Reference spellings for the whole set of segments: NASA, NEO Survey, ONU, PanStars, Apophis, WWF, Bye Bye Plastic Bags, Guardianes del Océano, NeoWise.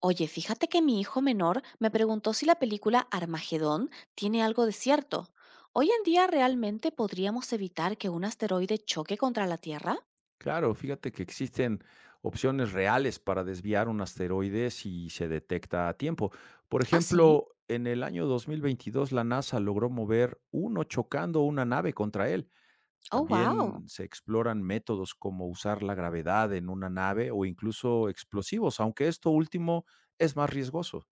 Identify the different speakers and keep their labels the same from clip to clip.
Speaker 1: Oye, fíjate que mi hijo menor me preguntó si la película Armagedón tiene algo de cierto. ¿Hoy en día realmente podríamos evitar que un asteroide choque contra la Tierra?
Speaker 2: Claro, fíjate que existen opciones reales para desviar un asteroide si se detecta a tiempo. Por
Speaker 1: ¿Ah, sí?
Speaker 2: ejemplo, en el año 2022 la NASA logró mover uno chocando una nave contra él.
Speaker 1: Oh, wow.
Speaker 2: También se exploran métodos como usar la gravedad en una nave o incluso explosivos, aunque esto último es más riesgoso.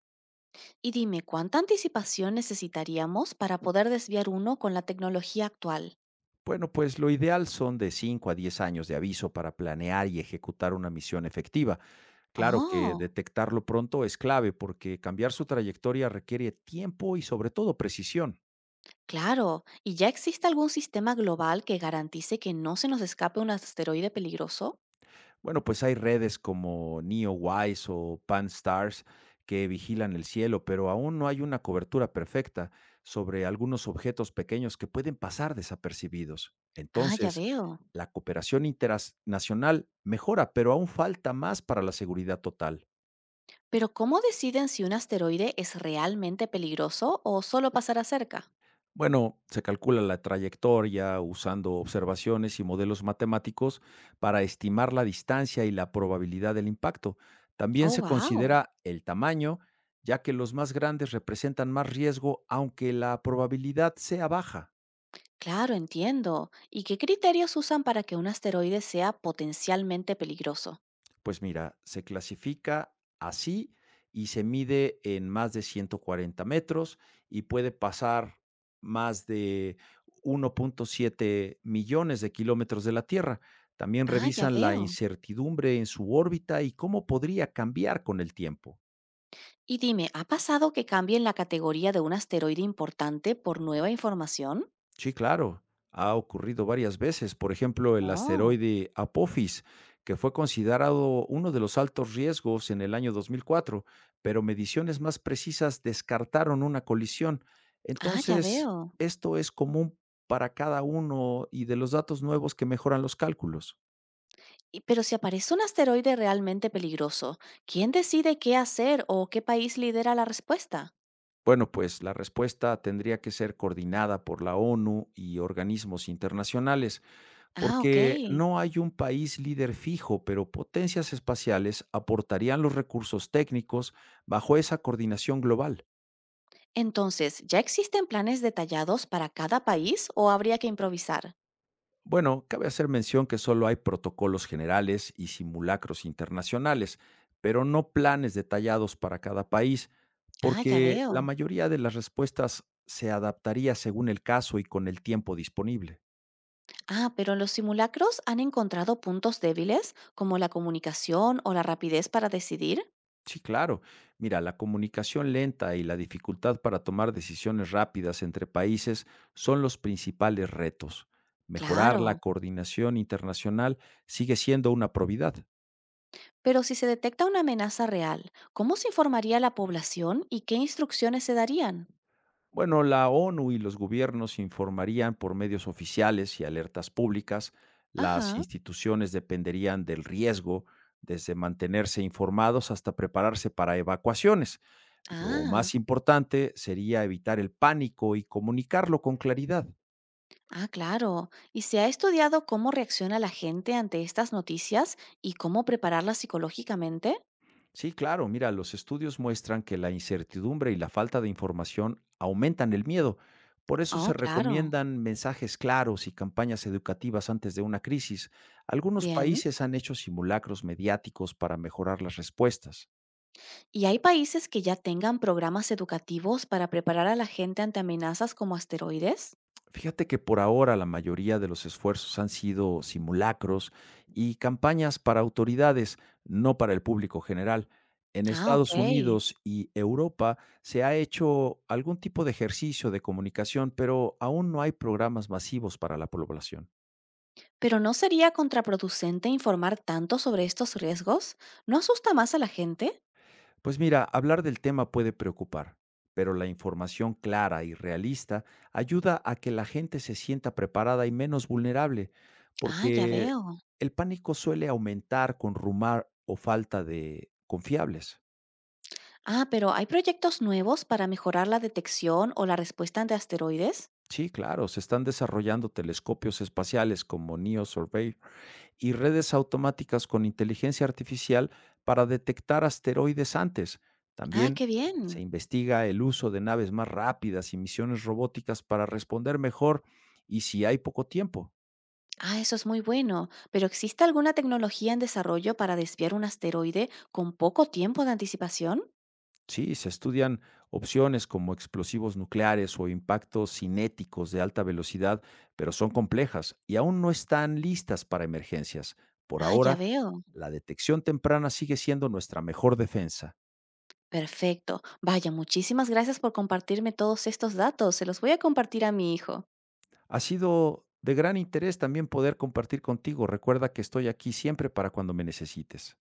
Speaker 1: Y dime, ¿cuánta anticipación necesitaríamos para poder desviar uno con la tecnología actual?
Speaker 2: Bueno, pues lo ideal son de 5 a 10 años de aviso para planear y ejecutar una misión efectiva. Claro que
Speaker 1: Oh,
Speaker 2: detectarlo pronto es clave porque cambiar su trayectoria requiere tiempo y sobre todo precisión.
Speaker 1: claro. ¿Y ya existe algún sistema global que garantice que no se nos escape un asteroide peligroso?
Speaker 2: Bueno, pues hay redes como NeoWise o PanStars que vigilan el cielo, pero aún no hay una cobertura perfecta sobre algunos objetos pequeños que pueden pasar desapercibidos.
Speaker 1: Ah, ya
Speaker 2: Entonces,
Speaker 1: veo.
Speaker 2: la cooperación internacional mejora, pero aún falta más para la seguridad total.
Speaker 1: Pero ¿cómo deciden si un asteroide es realmente peligroso o solo pasará cerca?
Speaker 2: Bueno, se calcula la trayectoria usando observaciones y modelos matemáticos para estimar la distancia y la probabilidad del impacto. También
Speaker 1: Oh,
Speaker 2: se
Speaker 1: wow.
Speaker 2: considera el tamaño, ya que los más grandes representan más riesgo, aunque la probabilidad sea baja.
Speaker 1: Claro, entiendo. ¿Y qué criterios usan para que un asteroide sea potencialmente peligroso?
Speaker 2: Pues mira, se clasifica así y se mide en más de 140 metros y puede pasar más de 1.7 millones de kilómetros de la Tierra. También
Speaker 1: Ah, ya
Speaker 2: revisan la
Speaker 1: veo.
Speaker 2: incertidumbre en su órbita y cómo podría cambiar con el tiempo.
Speaker 1: Y dime, ¿ha pasado que cambien la categoría de un asteroide importante por nueva información?
Speaker 2: Sí, claro, ha ocurrido varias veces. Por ejemplo, el
Speaker 1: Oh,
Speaker 2: asteroide Apophis, que fue considerado uno de los altos riesgos en el año 2004, pero mediciones más precisas descartaron una colisión.
Speaker 1: ah, ya
Speaker 2: Entonces,
Speaker 1: veo.
Speaker 2: esto es común para cada uno y de los datos nuevos que mejoran los cálculos.
Speaker 1: Pero si aparece un asteroide realmente peligroso, ¿quién decide qué hacer o qué país lidera la respuesta?
Speaker 2: Bueno, pues la respuesta tendría que ser coordinada por la ONU y organismos internacionales.
Speaker 1: Ah, ok.
Speaker 2: Porque no hay un país líder fijo, pero potencias espaciales aportarían los recursos técnicos bajo esa coordinación global.
Speaker 1: Entonces, ¿ya existen planes detallados para cada país o habría que improvisar?
Speaker 2: Bueno, cabe hacer mención que solo hay protocolos generales y simulacros internacionales, pero no planes detallados para cada país,
Speaker 1: Ah, ya
Speaker 2: porque la
Speaker 1: veo.
Speaker 2: mayoría de las respuestas se adaptaría según el caso y con el tiempo disponible.
Speaker 1: Ah, pero en los simulacros han encontrado puntos débiles como la comunicación o la rapidez para decidir.
Speaker 2: Sí, claro. Mira, la comunicación lenta y la dificultad para tomar decisiones rápidas entre países son los principales retos. Mejorar la
Speaker 1: Claro.
Speaker 2: coordinación internacional sigue siendo una probidad.
Speaker 1: Pero si se detecta una amenaza real, ¿cómo se informaría a la población y qué instrucciones se darían?
Speaker 2: Bueno, la ONU y los gobiernos informarían por medios oficiales y alertas públicas. Las
Speaker 1: Ajá.
Speaker 2: instituciones dependerían del riesgo, desde mantenerse informados hasta prepararse para evacuaciones. Lo
Speaker 1: Ah,
Speaker 2: más importante sería evitar el pánico y comunicarlo con claridad.
Speaker 1: ah, claro. ¿Y se ha estudiado cómo reacciona la gente ante estas noticias y cómo prepararla psicológicamente?
Speaker 2: Sí, claro, mira, los estudios muestran que la incertidumbre y la falta de información aumentan el miedo. Por eso
Speaker 1: Oh,
Speaker 2: se
Speaker 1: claro.
Speaker 2: recomiendan mensajes claros y campañas educativas antes de una crisis. Algunos
Speaker 1: Bien.
Speaker 2: países han hecho simulacros mediáticos para mejorar las respuestas.
Speaker 1: ¿Y hay países que ya tengan programas educativos para preparar a la gente ante amenazas como asteroides?
Speaker 2: Fíjate que por ahora la mayoría de los esfuerzos han sido simulacros y campañas para autoridades, no para el público general. En
Speaker 1: Ah, ok.
Speaker 2: Estados Unidos y Europa se ha hecho algún tipo de ejercicio de comunicación, pero aún no hay programas masivos para la población.
Speaker 1: Pero ¿no sería contraproducente informar tanto sobre estos riesgos? ¿No asusta más a la gente?
Speaker 2: Pues mira, hablar del tema puede preocupar, pero la información clara y realista ayuda a que la gente se sienta preparada y menos vulnerable,
Speaker 1: Ah, ya
Speaker 2: porque
Speaker 1: veo.
Speaker 2: el pánico suele aumentar con rumor o falta de confiables.
Speaker 1: Ah, pero ¿hay proyectos nuevos para mejorar la detección o la respuesta ante asteroides?
Speaker 2: Sí, claro, se están desarrollando telescopios espaciales como NEO Survey y redes automáticas con inteligencia artificial para detectar asteroides antes.
Speaker 1: Ah,
Speaker 2: También
Speaker 1: qué
Speaker 2: se
Speaker 1: bien.
Speaker 2: investiga el uso de naves más rápidas y misiones robóticas para responder mejor y si hay poco tiempo.
Speaker 1: Ah, eso es muy bueno. Pero ¿existe alguna tecnología en desarrollo para desviar un asteroide con poco tiempo de anticipación?
Speaker 2: Sí, se estudian opciones como explosivos nucleares o impactos cinéticos de alta velocidad, pero son complejas y aún no están listas para emergencias. Por
Speaker 1: Ah, ya
Speaker 2: ahora,
Speaker 1: veo.
Speaker 2: la detección temprana sigue siendo nuestra mejor defensa.
Speaker 1: Perfecto. Vaya, muchísimas gracias por compartirme todos estos datos. Se los voy a compartir a mi hijo.
Speaker 2: Ha sido de gran interés también poder compartir contigo. Recuerda que estoy aquí siempre para cuando me necesites.